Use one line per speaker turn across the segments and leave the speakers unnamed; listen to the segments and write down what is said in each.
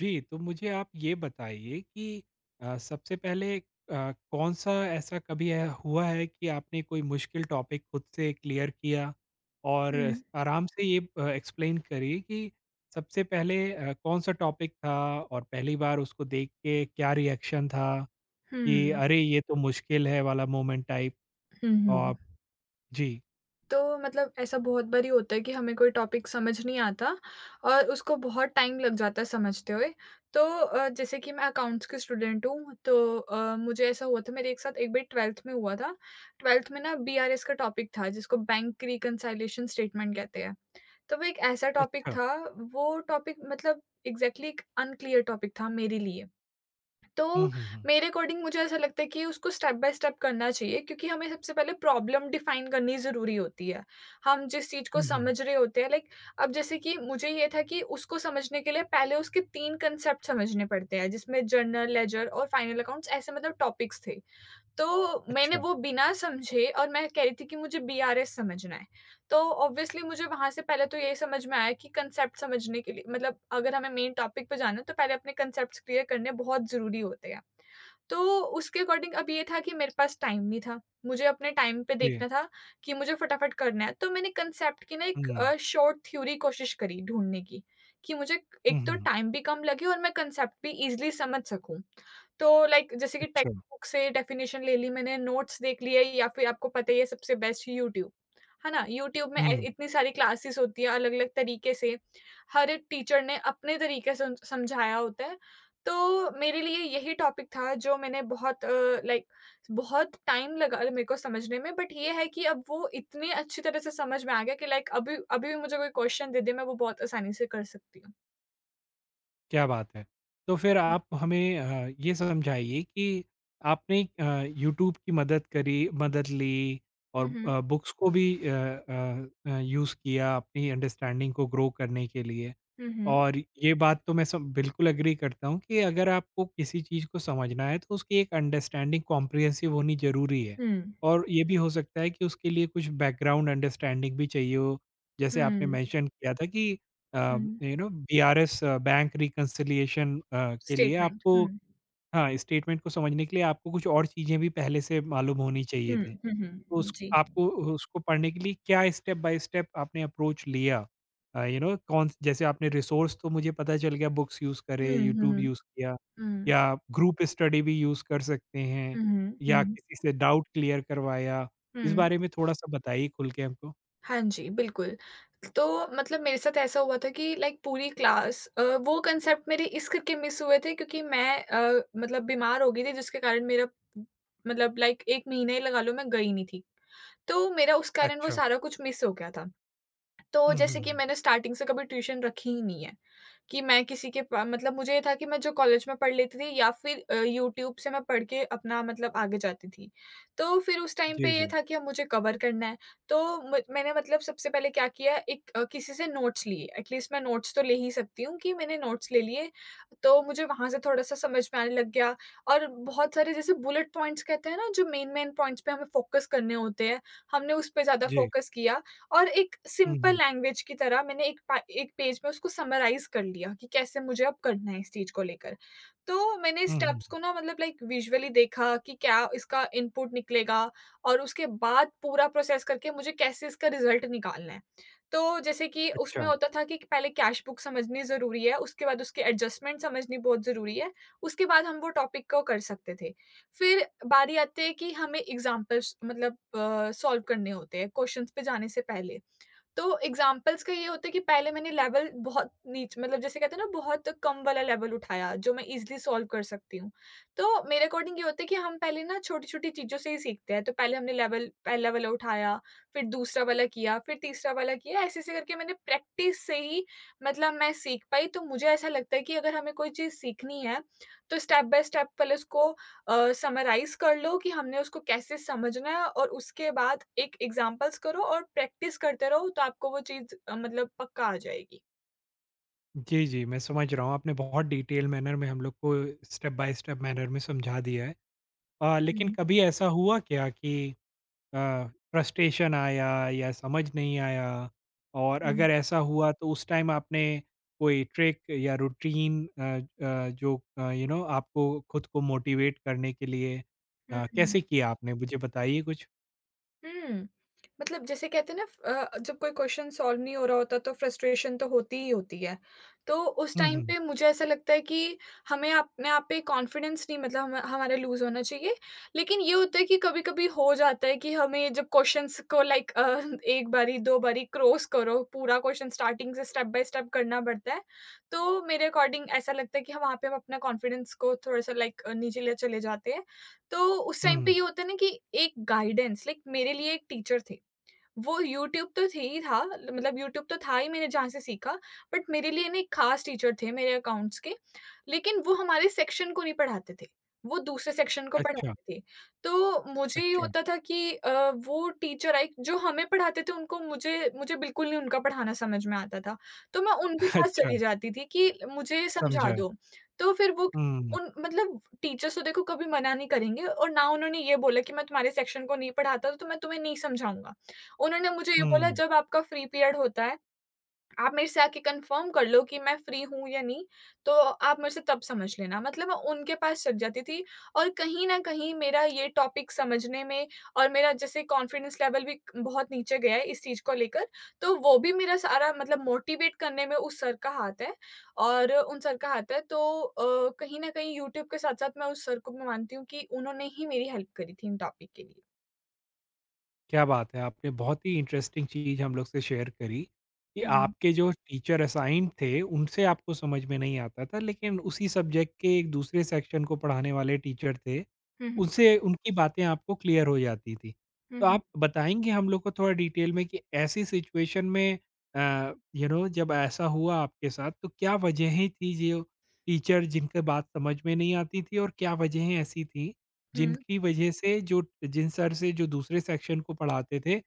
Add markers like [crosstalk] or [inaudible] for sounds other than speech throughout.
जी, तो मुझे आप ये बताइए कि सबसे पहले कौन-सा ऐसा कभी ऐ हुआ है कि आपने कोई मुश्किल टॉपिक खुद से क्लियर किया और
हुँ,
आराम से ये एक्सप्लेन करिए कि सबसे पहले कौन-सा टॉपिक था और पहली बार उसको देख के क्या रिएक्शन था कि
हुँ,
अरे! ये तो मुश्किल है वाला मोमेंट टाइप।
हुँ,
और
हुँ।
जी।
तो ऐसा बहुत बारी होता है कि हमें कोई टॉपिक समझ नहीं आता और उसको बहुत टाइम लग जाता है समझते हुए। तो जैसे कि मैं अकाउंट्स की स्टूडेंट हूँ, तो मुझे ऐसा हुआ था मेरे एक साथ एक बार 12th में हुआ था। 12th में ना बीआरएस का टॉपिक था जिसको बैंक रिकंसिलिएशन स्टेटमेंट कहते हैं। तो वो एक ऐसा टॉपिक
अच्छा।
था, वो टॉपिक एग्ज़ैक्टली एक अनक्लियर टॉपिक था मेरे लिए। तो
हुँ, हुँ, हुँ।
मेरे अकॉर्डिंग मुझे ऐसा लगता है कि उसको स्टेप बाय स्टेप करना चाहिए क्योंकि हमें सबसे पहले प्रॉब्लम डिफाइन करनी ज़रूरी होती है। हम जिस चीज़ को
हुँ, हुँ।
समझ रहे होते हैं लाइक अब जैसे कि मुझे ये था कि उसको समझने के लिए पहले उसके 3 कांसेप्ट समझने पड़ते हैं जिसमें जर्नल, लेजर और फाइनल अकाउंट्स ऐसे टॉपिक्स थे। तो मैंने
अच्छा।
वो बिना समझे और मैं कह रही थी कि मुझे बीआरएस समझना है। तो ऑब्वियसली मुझे वहाँ से पहले तो ये समझ में आया कि कंसेप्ट समझने के लिए अगर हमें मेन टॉपिक पे जाना है तो पहले अपने कंसेप्ट्स क्लियर करने बहुत ज़रूरी होते हैं। तो उसके अकॉर्डिंग अब ये था कि मेरे पास टाइम नहीं था। मुझे अपने टाइम पे
जी।
देखना था कि मुझे फटाफट करना है। तो मैंने कंसेप्ट की ना
हुँ,
एक
हुँ, अच्छा।
शॉर्ट थ्योरी कोशिश करी ढूँढने की, कि मुझे
हुँ,
एक तो
हुँ।
टाइम भी कम लगे और मैं कंसेप्ट भी ईज़िली समझ सकूँ। तो लाइक जैसे कि
अच्छा।
टेक्स्ट बुक से डेफिनेशन ले ली मैंने, नोट्स देख लिए या फिर आपको पता ही है सबसे बेस्ट यूट्यूब, है ना? यूट्यूब में ए
हुँ।
इतनी सारी क्लासेस होती हैं अलग-अलग तरीके से। हर एक टीचर ने अपने तरीके से समझाया होता है तो मेरे लिए यही टॉपिक था जो मैंने बहुत लाइक बहुत टाइम लगा मेरे को समझने में बट ये है कि अब वो इतनी अच्छी तरह से समझ में आ गया कि लाइक अभी अभी भी मुझे कोई क्वेश्चन दे दे मैं वो बहुत आसानी से कर सकती हूँ।
क्या बात है! तो फिर आप हमें ये समझाइए कि आपने यूट्यूब की मदद ली
हुँ,
और
हुँ,
बुक्स को भी यूज़ किया अपनी अंडरस्टैंडिंग को ग्रो करने के लिए।
हुँ, हुँ,
और ये बात तो मैं सब बिल्कुल एग्री करता हूँ कि अगर आपको किसी चीज़ को समझना है तो उसकी एक अंडरस्टैंडिंग कॉम्प्रिहेंसिव होनी ज़रूरी है।
हुँ,
और ये भी हो सकता है कि उसके लिए कुछ बैकग्राउंड अंडरस्टैंडिंग भी चाहिए हो। जैसे आपने
हुँ,
मेंशन किया था कि अ,
हुँ,
बीआरएस बैंक रिकंसिलिएशन के लिए
स्टेटमेंट
आपको
हुँ,
हाँ, स्टेटमेंट को समझने के लिए आपको कुछ और चीज़ें भी पहले से मालूम होनी चाहिए
हुँ,
थी।
हुँ,
तो
हुँ,
उस
जी।
आपको उसको पढ़ने के लिए क्या स्टेप बाय स्टेप आपने अप्रोच लिया? यू नो कौन जैसे आपने रिसोर्स तो मुझे पता चल गया बुक्स यूज़ करे,
हुँ,
यूट्यूब
हुँ,
यूज़ किया
हुँ,
या ग्रुप स्टडी भी यूज़ कर सकते हैं
हुँ, हुँ,
या
हुँ,
किसी से डाउट क्लियर करवाया। इस
हुँ,
बारे में थोड़ा-सा बताइए खुल के हमको।
हाँ जी, बिल्कुल। तो मतलब मेरे साथ ऐसा हुआ था कि लाइक पूरी क्लास वो कंसेप्ट मेरे इस करके मिस हुए थे क्योंकि मैं मतलब बीमार हो गई थी जिसके कारण मेरा लाइक 1 महीना ही लगा लो मैं गई नहीं थी। तो मेरा उस कारण वो
अच्छा।
सारा कुछ मिस हो गया था। तो
हुँ, हुँ,
जैसे कि
हुँ।
मैंने स्टार्टिंग से कभी ट्यूशन रखी ही नहीं है। कि मैं किसी के पा मतलब मुझे ये था कि मैं जो कॉलेज में पढ़ लेती थी या फिर यूट्यूब से मैं पढ़ के अपना मतलब आगे जाती थी। तो फिर उस टाइम पे
जी,
ये
जी।
था कि अब मुझे कवर करना है। तो म मैंने मतलब सबसे पहले क्या किया एक किसी से नोट्स लिए, एटलीस्ट मैं नोट्स तो ले ही सकती हूँ कि मैंने नोट्स ले लिए। तो मुझे वहाँ से थोड़ा-सा समझ में आने लग गया और बहुत सारे जैसे बुलेट पॉइंट्स कहते हैं ना, जो मेन-मेन पॉइंट्स पे हमें फ़ोकस करने होते हैं, हमने उस पे ज़्यादा
जी।
फ़ोकस किया और एक
हुँ,
सिंपल
हुँ।
लैंग्वेज की तरह मैंने एक पेज में उसको समराइज़ कर लिया कि कैसे मुझे अब करना है इस चीज़ को लेकर। तो मैंने
हुँ, हुँ।
स्टेप्स को ना लाइक विजुअली देखा कि क्या इसका इनपुट निकलेगा और उसके बाद पूरा प्रोसेस करके मुझे कैसे इसका रिज़ल्ट निकालना है। तो जैसे कि
अच्छा।
उसमें होता था कि पहले कैश बुक समझनी ज़रूरी है, उसके बाद उसके एडजस्टमेंट समझनी बहुत ज़रूरी है, उसके बाद हम वो टॉपिक को कर सकते थे। फिर बारी आती है कि हमें एग्ज़ाम्पल्स सॉल्व करने होते हैं क्वेश्चंस पे जाने से पहले। तो एग्ज़ाम्पल्स का ये होता है कि पहले मैंने लेवल बहुत नीच मतलब जैसे कहते हैं ना बहुत कम वाला लेवल उठाया जो मैं ईज़िली सॉल्व कर सकती हूँ। तो मेरे अकॉर्डिंग ये होता है कि हम पहले ना छोटी-छोटी चीज़ों से ही सीखते हैं। तो पहले हमने लेवल पहला वाला उठाया, फिर दूसरा वाला किया, फिर तीसरा वाला किया, ऐसे-ऐसे करके मैंने प्रैक्टिस से ही मैं सीख पाई। तो मुझे ऐसा लगता है कि अगर हमें कोई चीज़ सीखनी है, तो स्टेप बाय स्टेप पहले उसको समराइज़ कर लो कि हमने उसको कैसे समझना है और उसके बाद एक एग्ज़ाम्पल्स करो और प्रैक्टिस करते रहो तो आपको वो चीज़ पक्का आ जाएगी।
जी, जी, मैं समझ रहा हूँ, आपने बहुत डिटेल मैनर में हम लोग को स्टेप बाय स्टेप मैनर में समझा दिया है। लेकिन
हुँ,
कभी ऐसा हुआ क्या कि अ, फ्रस्ट्रेशन आया या समझ नहीं आया? और
हुँ,
अगर ऐसा हुआ तो उस टाइम आपने कोई ट्रिक या रूटीन जो आपको खुद को मोटिवेट करने के लिए
हुँ, हुँ।
कैसे किया आपने मुझे बताइए कुछ?
हुँ। मतलब जैसे कहते हैं ना जब कोई क्वेश्चन सॉल्व नहीं हो रहा होता तो फ्रस्ट्रेशन तो होती ही होती है। तो उस
हुँ,
टाइम
हुँ।
पे मुझे ऐसा लगता है कि हमें अपने आप पे कॉन्फिडेंस नहीं हम हमारा लूज़ होना चाहिए। लेकिन ये होता है कि कभी-कभी हो जाता है कि हमें जब क्वेश्चन्स को लाइक [laughs] 1 बारी, 2 बारी क्रॉस करो, पूरा क्वेश्चन स्टार्टिंग से स्टेप बाय स्टेप करना पड़ता है। तो मेरे अकॉर्डिंग ऐसा लगता है कि हाँ, वहाँ पे हम अपना कॉन्फिडेंस को थोड़ा-सा नीचे ले चले जाते हैं। तो उस टाइम पे
हुँ,
ये होता है ना कि एक गाइडेंस लाइक मेरे लिए एक टीचर थे। वो यूट्यूब तो थी ही था मतलब यूट्यूब तो था ही मैंने जहाँ से सीखा, बट मेरे लिए ना एक ख़ास टीचर थे मेरे अकाउंट्स के, लेकिन वो हमारे सेक्शन को नहीं पढ़ाते थे, वो दूसरे सेक्शन को
अच्छा,
पढ़ाते थे। तो मुझे ये
अच्छा,
होता था कि वो टीचर आए जो हमें पढ़ाते थे उनको मुझे मुझे बिल्कुल नहीं उनका पढ़ाना समझ में आता था, तो मैं उनके
[laughs]
पास
अच्छा,
चली जाती थी कि मुझे समझा
समझा।
दो। तो फिर वो
हुँ,
उन मतलब टीचर्स तो देखो कभी मना नहीं करेंगे और ना उन्होंने ये बोला कि मैं तुम्हारे सेक्शन को नहीं पढ़ाता तो मैं तुम्हें नहीं समझाऊँगा। उन्होंने मुझे ये बोला
हुँ।
जब आपका फ्री पीरियड होता है, आप मेरे से आके कन्फर्म कर लो कि मैं फ्री हूँ या नहीं, तो आप मेरे से तब समझ लेना। मतलब मैं उनके पास चली जाती थी और कहीं न कहीं मेरा ये टॉपिक समझने में और मेरा जैसे कॉन्फिडेंस लेवल भी बहुत नीचे गया है इस चीज़ को लेकर, तो वो भी मेरा सारा मोटिवेट करने में उस सर का हाथ है और उन सर का हाथ है। तो कहीं न कहीं यूट्यूब के साथ-साथ मैं उस सर को भी मानती हूँ कि उन्होंने ही मेरी हेल्प करी थी इन टॉपिक के लिए।
क्या बात है! आपने बहुत ही इंटरेस्टिंग चीज़ हम लोग से शेयर करी, कि
हुँ।
आपके जो टीचर असाइन्ड थे, उनसे आपको समझ में नहीं आता था, लेकिन उसी सब्जेक्ट के एक दूसरे सेक्शन को पढ़ाने वाले टीचर थे,
हुँ, हुँ।
उनसे उनकी बातें आपको क्लियर हो जाती थी।
हुँ,
तो
हुँ।
आप बताएँगे हम लोग को थोड़ा डिटेल में कि ऐसी सिचुएशन में जब ऐसा हुआ आपके साथ, तो क्या वजहें थी जो टीचर जिनके बात समझ में नहीं आती थी और क्या वजहें ऐसी थी
हुँ,
जिनकी वजह से जो जिन सर से जो दूसरे सेक्शन को पढ़ाते थे अ,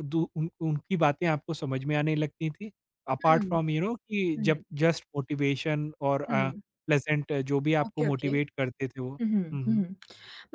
दू उन उनकी बातें आपको समझ में आने लगती थी। Apart
hmm.
फ्रॉम कि जब
हुँ,
जस्ट मोटिवेशन और
हुँ।
प्लेज़ेंट जो भी आपको
ओके, ओके।
मोटिवेट करते थे वो।
हुँ,
हुँ,
हुँ,
हुँ।
हुँ।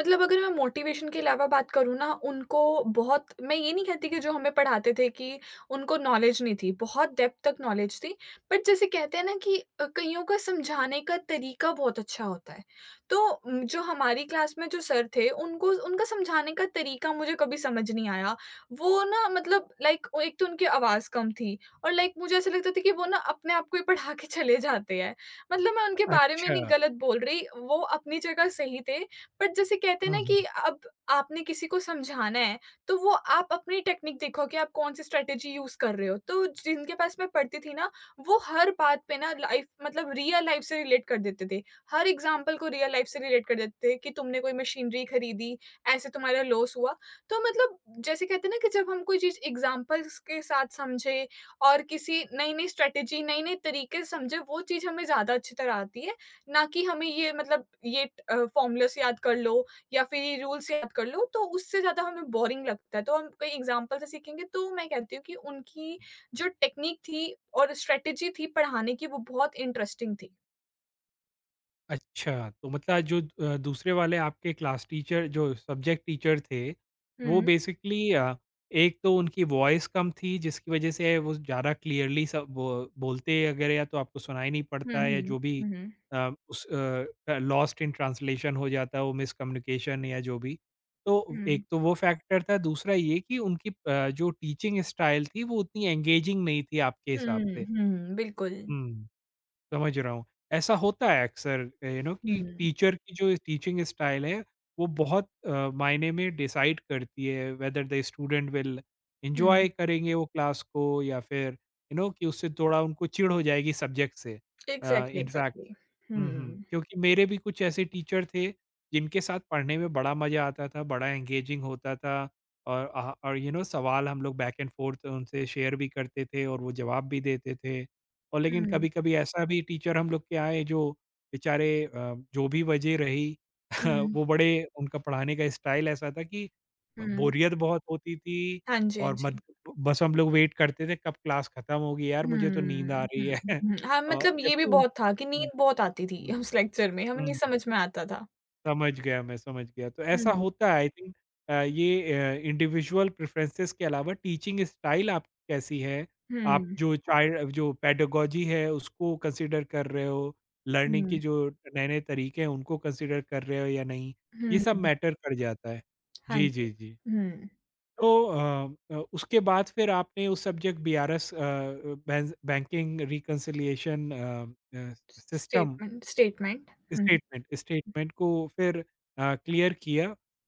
मतलब अगर मैं मोटिवेशन के अलावा बात करूँ ना, उनको बहुत मैं ये नहीं कहती कि जो हमें पढ़ाते थे कि उनको नॉलेज नहीं थी, बहुत डेप्थ तक नॉलेज थी। बट जैसे कहते हैं ना कि कइयों का समझाने का तरीका बहुत अच्छा होता है। तो जो हमारी क्लास में जो सर थे, उनको उनका समझाने का तरीका मुझे कभी समझ नहीं आया। वो ना एक तो उनकी आवाज़ कम थी और लाइक मुझे ऐसा लगता था कि वो ना अपने आप को ही पढ़ा के चले जाते हैं। मतलब मैं उनके बारे में
अच्छा।
नहीं गलत बोल रही, वो अपनी जगह सही थे, बट जैसे कहते हैं
हुँ,
ना कि
हुँ।
अब आपने किसी को समझाना है, तो वो आप अपनी टेक्निक देखो कि आप कौन-सी स्ट्रैटेजी यूज़ कर रहे हो। तो जिनके पास मैं पढ़ती थी ना, वो हर बात पे ना लाइफ़ मतलब रियल लाइफ़ से रिलेट कर देते थे। हर एग्ज़ाम्पल को रियल लाइफ़ से रिलेट कर देते थे कि तुमने कोई मशीनरी खरीदी, ऐसे तुम्हारा लॉस हुआ। तो जैसे कहते हैं ना कि जब हम कोई चीज़ एग्ज़ाम्पल्स के साथ समझे और किसी नई-नई स्ट्रैटेजी, नए-नए तरीके समझे, वो चीज़ हमें ज़्यादा अच्छी तरह आती है, ना कि हमें ये मतलब ये अ, फ़ॉर्मूलास याद कर लो या फिर ये रूल्स याद कर लो, तो उससे ज़्यादा हमें बोरिंग लगता है। तो हम कई एग्ज़ाम्पल से सीखेंगे, तो मैं कहती हूँ कि उनकी जो टेक्नीक थी और स्ट्रैटेजी थी पढ़ाने की, वो बहुत इंटरेस्टिंग थी।
अच्छा, तो मतलब जो दूसरे वाले आपके क्लास टीचर जो सब्जेक्ट टीचर थे, वो
हुँ,
बेसिकली एक तो उनकी वॉइस कम थी जिसकी वज़ह से वो ज़्यादा क्लियरली सब बो बोलते अगर या तो आपको सुनाई नहीं
हुँ,
पड़ता है या
हुँ,
जो भी
हुँ,
लॉस्ट इन ट्रांसलेशन हो जाता है वो मिसकम्युनिकेशन या जो भी। तो
हुँ।
एक तो वो फैक्टर था, दूसरा ये कि उनकी जो टीचिंग स्टाइल थी वो उतनी एंगेजिंग नहीं थी आपके हिसाब
हुँ,
से।
हुँ, बिल्कुल।
हुँ। समझ रहा हूँ। ऐसा होता है अक्सर
हुँ,
कि टीचर की जो टीचिंग स्टाइल है वो बहुत मायने में डिसाइड करती है whether the student will
hmm.
Enjoy करेंगे वो क्लास को या फिर कि उससे थोड़ा उनको चिढ़ हो जाएगी सब्जेक्ट से।
Exactly,
in fact
exactly.
हुँ, हुँ।
हुँ,
क्योंकि मेरे भी कुछ ऐसे टीचर थे, जिनके साथ पढ़ने में बड़ा मज़ा आता था, बड़ा एंगेजिंग होता था और अह और सवाल हम लोग बैक एंड फ़ोर्थ उनसे शेयर भी करते थे और वो जवाब भी देते थे। और लेकिन
हुँ,
कभी-कभी ऐसा भी टीचर हम लोग के आए जो बेचारे जो भी वजह रही [laughs]
हुँ,
वो बड़े उनका पढ़ाने का स्टाइल ऐसा था कि
हुँ।
बोरियत बहुत होती थी
हाँ जी, हाँ
और मत
जी।
बस हम लोग वेट करते थे कब क्लास खत्म होगी यार
हुँ,
मुझे तो नींद आ रही
हुँ,
है। [laughs]
हुँ। हाँ,
अ,
मतलब ये भी
जबकि उन
बहुत था कि
हुँ।
नींद बहुत आती थी [laughs] उस लेक्चर में, हमें नहीं
हुँ,
समझ में आता था।
समझ गया मैं, समझ गया। तो ऐसा
हुँ,
होता है आई थिंक ये इंडिविजुअल प्रेफ़रेंसेस के अलावा टीचिंग स्टाइल आपकी कैसी है? आप
हुँ,
जो चाइल्ड जो पेडागॉजी है उसको कंसीडर कर रहे हो, लर्निंग के
हुँ,
जो नए-नए तरीके हैं उनको कंसीडर कर रहे हो या नहीं? ये सब
हुँ।
मैटर कर जाता है।
हाँ
जी,
जी।
जी, जी।
हुँ,
तो उसके बाद फिर आपने उस subject BRS uh, banks banking reconciliation uh uh, system
statement statement. Hmm,
statement statement को फिर क्लियर किया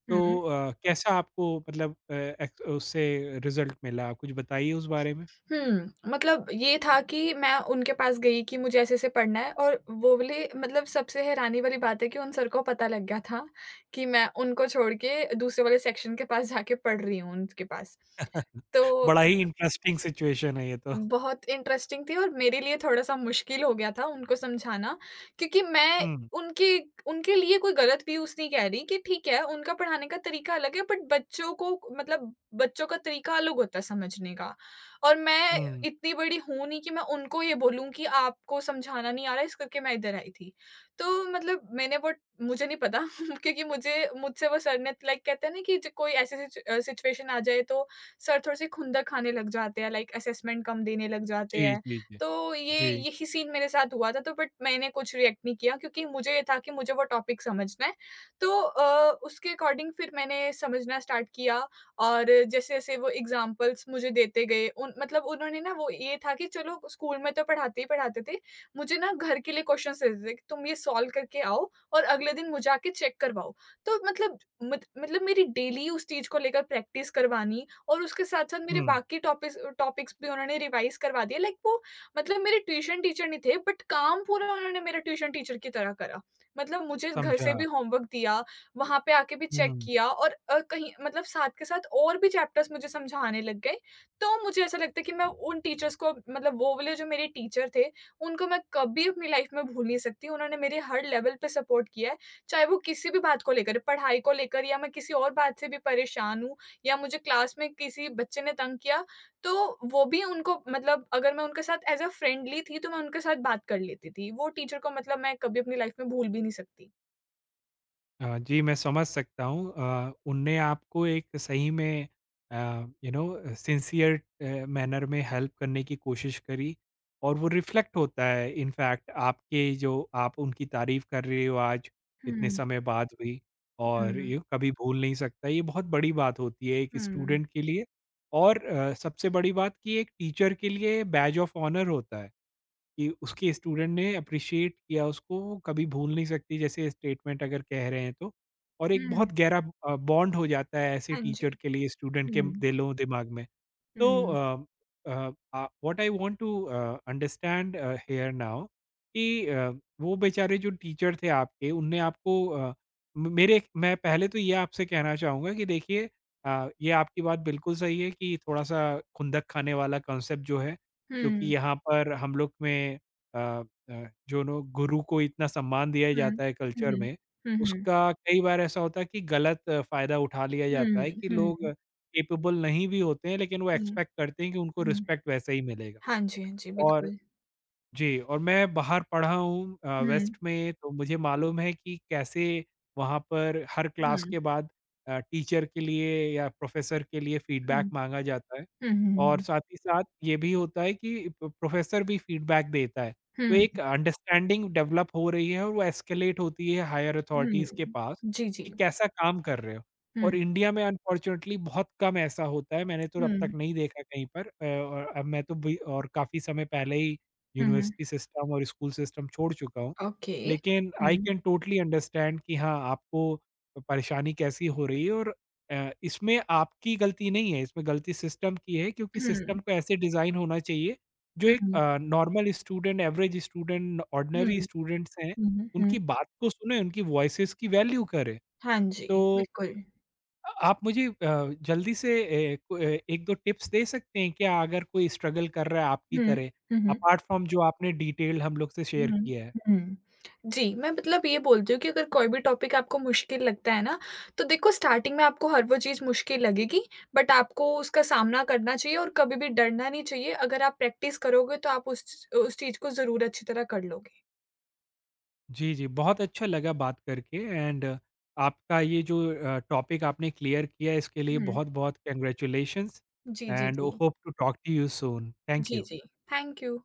तो
हुँ,
कैसा आपको मतलब अ, एक्स उससे रिज़ल्ट मिला? आप कुछ बताइए उस बारे में?
हुँ। मतलब ये था कि मैं उनके पास गई कि मुझे ऐसे-ऐसे पढ़ना है और वो वाले सबसे हैरानी वाली बात है कि उन सर को पता लग गया था कि मैं उनको छोड़ के दूसरे वाले सेक्शन के पास जाके पढ़ रही हूँ उनके पास। तो
बड़ा ही इंटरेस्टिंग सिचुएशन है ये तो।
बहुत इंटरेस्टिंग थी और मेरे लिए थोड़ा-सा मुश्किल हो गया था उनको समझाना, क्योंकि मैं
हुँ,
उनके उनके लिए कोई गलत व्यूज़ नहीं कह रही कि ठीक है, उनका पढ़ाने का तरीका अलग है बट बच्चों को मतलब बच्चों का तरीका अलग होता है समझने का। और मैं
हुँ।
इतनी बड़ी हूँ नहीं कि मैं उनको ये बोलूँ कि आपको समझाना नहीं आ रहा है इस करके मैं इधर आई थी। तो मतलब मैंने वो मुझे नहीं पता [laughs] क्योंकि मुझे मुझसे वो सर ने लाइक कहते हैं ना कि ज कोई ऐसी सिचुएशन आ जाए तो सर थोड़े-से खुंदक खाने लग जाते हैं, लाइक असेसमेंट कम देने लग जाते
जी,
हैं।
जी, जी।
तो ये
जी,
यही सीन मेरे साथ हुआ था तो बट मैंने कुछ रिएक्ट नहीं किया क्योंकि मुझे ये था कि मुझे वो टॉपिक समझना है। तो उसके अकॉर्डिंग फिर मैंने समझना स्टार्ट किया और जैसे-जैसे वो एग्ज़ाम्पल्स मुझे देते गए उन मतलब उन्होंने ना वो ये था कि चलो स्कूल में तो पढ़ाते ही पढ़ाते थे, मुझे ना घर के लिए क्वेश्चन्स देते थे कि तुम ये सॉल्व करके आओ और अगले दिन मुझे आके चेक करवाओ। तो मतलब मत मतलब मेरी डेली उस चीज़ को लेकर प्रैक्टिस करवानी और उसके साथ-साथ मेरे
हुँ,
बाकी टॉपिक्स टॉपिक्स भी उन्होंने रिवाइज़ करवा दिए लाइक वो मतलब मेरे ट्यूशन टीचर नहीं थे बट काम पूरा उन्होंने मेरे ट्यूशन टीचर की तरह करा। मतलब मुझे घर
समझा।
से भी होमवर्क दिया, वहाँ पे आके भी चेक
हुँ।
किया और अ, कहीं मतलब साथ के साथ और भी चैप्टर्स मुझे समझाने लग गए। तो मुझे ऐसा लगता है कि मैं उन टीचर्स को वो वाले जो मेरे टीचर थे, उनको मैं कभी अपनी लाइफ़ में भूल नहीं सकती। उन्होंने मेरे हर लेवल पे सपोर्ट किया है, चाहे वो किसी भी बात को लेकर, पढ़ाई को लेकर या मैं किसी और बात से भी परेशान हूँ या मुझे क्लास में किसी बच्चे ने तंग किया, तो वो भी उनको अगर मैं उनके साथ एज़ अ फ्रेंडली थी, तो मैं उनके साथ बात कर लेती थी। वो टीचर को मैं कभी अपनी लाइफ़ में भूल भी नहीं सकती।
जी, मैं समझ सकता हूँ उनने आपको एक सही में अ, सिंसियर मैनर में हेल्प करने की कोशिश करी और वो रिफ्लेक्ट होता है इनफैक्ट आपके जो आप उनकी तारीफ़ कर रहे हो आज इतने
हुँ,
समय बाद भी और
हुँ,
ये कभी भूल नहीं सकता। ये बहुत बड़ी बात होती है एक
हुँ,
स्टूडेंट के लिए और सबसे बड़ी बात कि एक टीचर के लिए बैज ऑफ ऑनर होता है। कि उसके स्टूडेंट ने अप्रिशिएट किया उसको, वो कभी भूल नहीं सकती जैसे स्टेटमेंट अगर कह रहे हैं तो। और एक
हुँ।
बहुत गहरा बॉन्ड हो जाता है ऐसे
हाँ जी।
टीचर के लिए स्टूडेंट
हुँ,
के
हुँ,
दिलों-दिमाग में। So,
hmm,
um, what I want to understand here now कि वो बेचारे जो टीचर थे आपके उनने आपको म- मेरे मैं पहले तो ये आपसे कहना चाहूँगा कि देखिए ये आपकी बात बिल्कुल सही है कि थोड़ा सा खुंदक खाने वाला कॉन्सेप्ट जो है क्योंकि
हुँ,
यहाँ पर हम लोग में अ, अ, जो नो गुरु को इतना सम्मान दिया
हुँ,
जाता है कल्चर
हुँ,
में
हुँ,
उसका कई बार ऐसा होता है कि गलत फायदा उठा लिया जाता
हुँ,
है कि लोग
हुँ,
कैपेबल नहीं भी होते हैं, लेकिन वो
हुँ।
एक्सपेक्ट करते हैं कि उनको रिस्पेक्ट वैसा ही मिलेगा
हाँ जी, हाँ जी,
और
बिल्कुल।
जी, और मैं बाहर पढ़ा हूँ
हुँ,
वेस्ट में तो मुझे मालूम है कि कैसे वहाँ पर हर
हुँ,
क्लास के बाद टीचर के लिए या प्रोफ़ेसर के लिए
हुँ,
फ़ीडबैक माँगा जाता है।
हुँ,
और
हुँ,
साथ ही साथ ये भी होता है कि प प्रोफ़ेसर भी फ़ीडबैक देता है। तो
हुँ,
एक
हुँ,
अंडरस्टैंडिंग डेवलप हो रही है और वो एस्केलेट होती है हायर अथॉरिटीज़ के
हुँ।
पास
जी,
कि
जी।
कैसा काम कर रहे हो।
हुँ,
और इंडिया में अनफॉर्च्युनेटली बहुत कम ऐसा होता है, मैंने तो अब तक
हुँ,
नहीं देखा कहीं पर और अब मैं तो भी और काफ़ी समय पहले ही
हुँ, हुँ।
यूनिवर्सिटी सिस्टम और स्कूल सिस्टम छोड़ चुका हूँ।
ओके।
लेकिन I
hmm,
can totally understand कि हाँ, आपको परेशानी कैसी हो रही है और इसमें आपकी गलती नहीं है, इसमें गलती सिस्टम की है क्योंकि
हुँ।
सिस्टम को ऐसे डिज़ाइन होना चाहिए जो एक
हुँ,
normal student, average student,
hmm,
ordinary students हैं,
हुँ,
उनकी
हुँ।
बात को सुने, उनकी वॉइसेज़ की वैल्यू करें।
हाँ जी,
तो
बिल्कुल।
आप मुझे जल्दी से एक दो टिप्स दे सकते हैं क्या अगर कोई स्ट्रगल कर रहा है आपकी
हुँ,
तरह
हुँ, हुँ,
अपार्ट फ्रॉम जो आपने डिटेल हम लोग से शेयर
हुँ,
किया है।
हुँ। जी, मैं मतलब ये बोलती हूँ कि अगर कोई भी टॉपिक आपको मुश्किल लगता है ना, तो देखो स्टार्टिंग में आपको हर वो चीज़ मुश्किल लगेगी, बट आपको उसका सामना करना चाहिए और कभी भी डरना नहीं चाहिए। अगर आप प्रैक्टिस करोगे तो आप उस चीज़ को ज़रूर अच्छी तरह कर लोगे।
जी जी बहुत अच्छा लगा बात करके एंड आपका ये जो टॉपिक आपने क्लियर किया इसके लिए
हुँ।
बहुत बहुत कंग्रेचुलेशंस
जी, जी,
एंड
जी।
Hope to talk to you soon. Thank
जी,
यू।
जी। Thank you.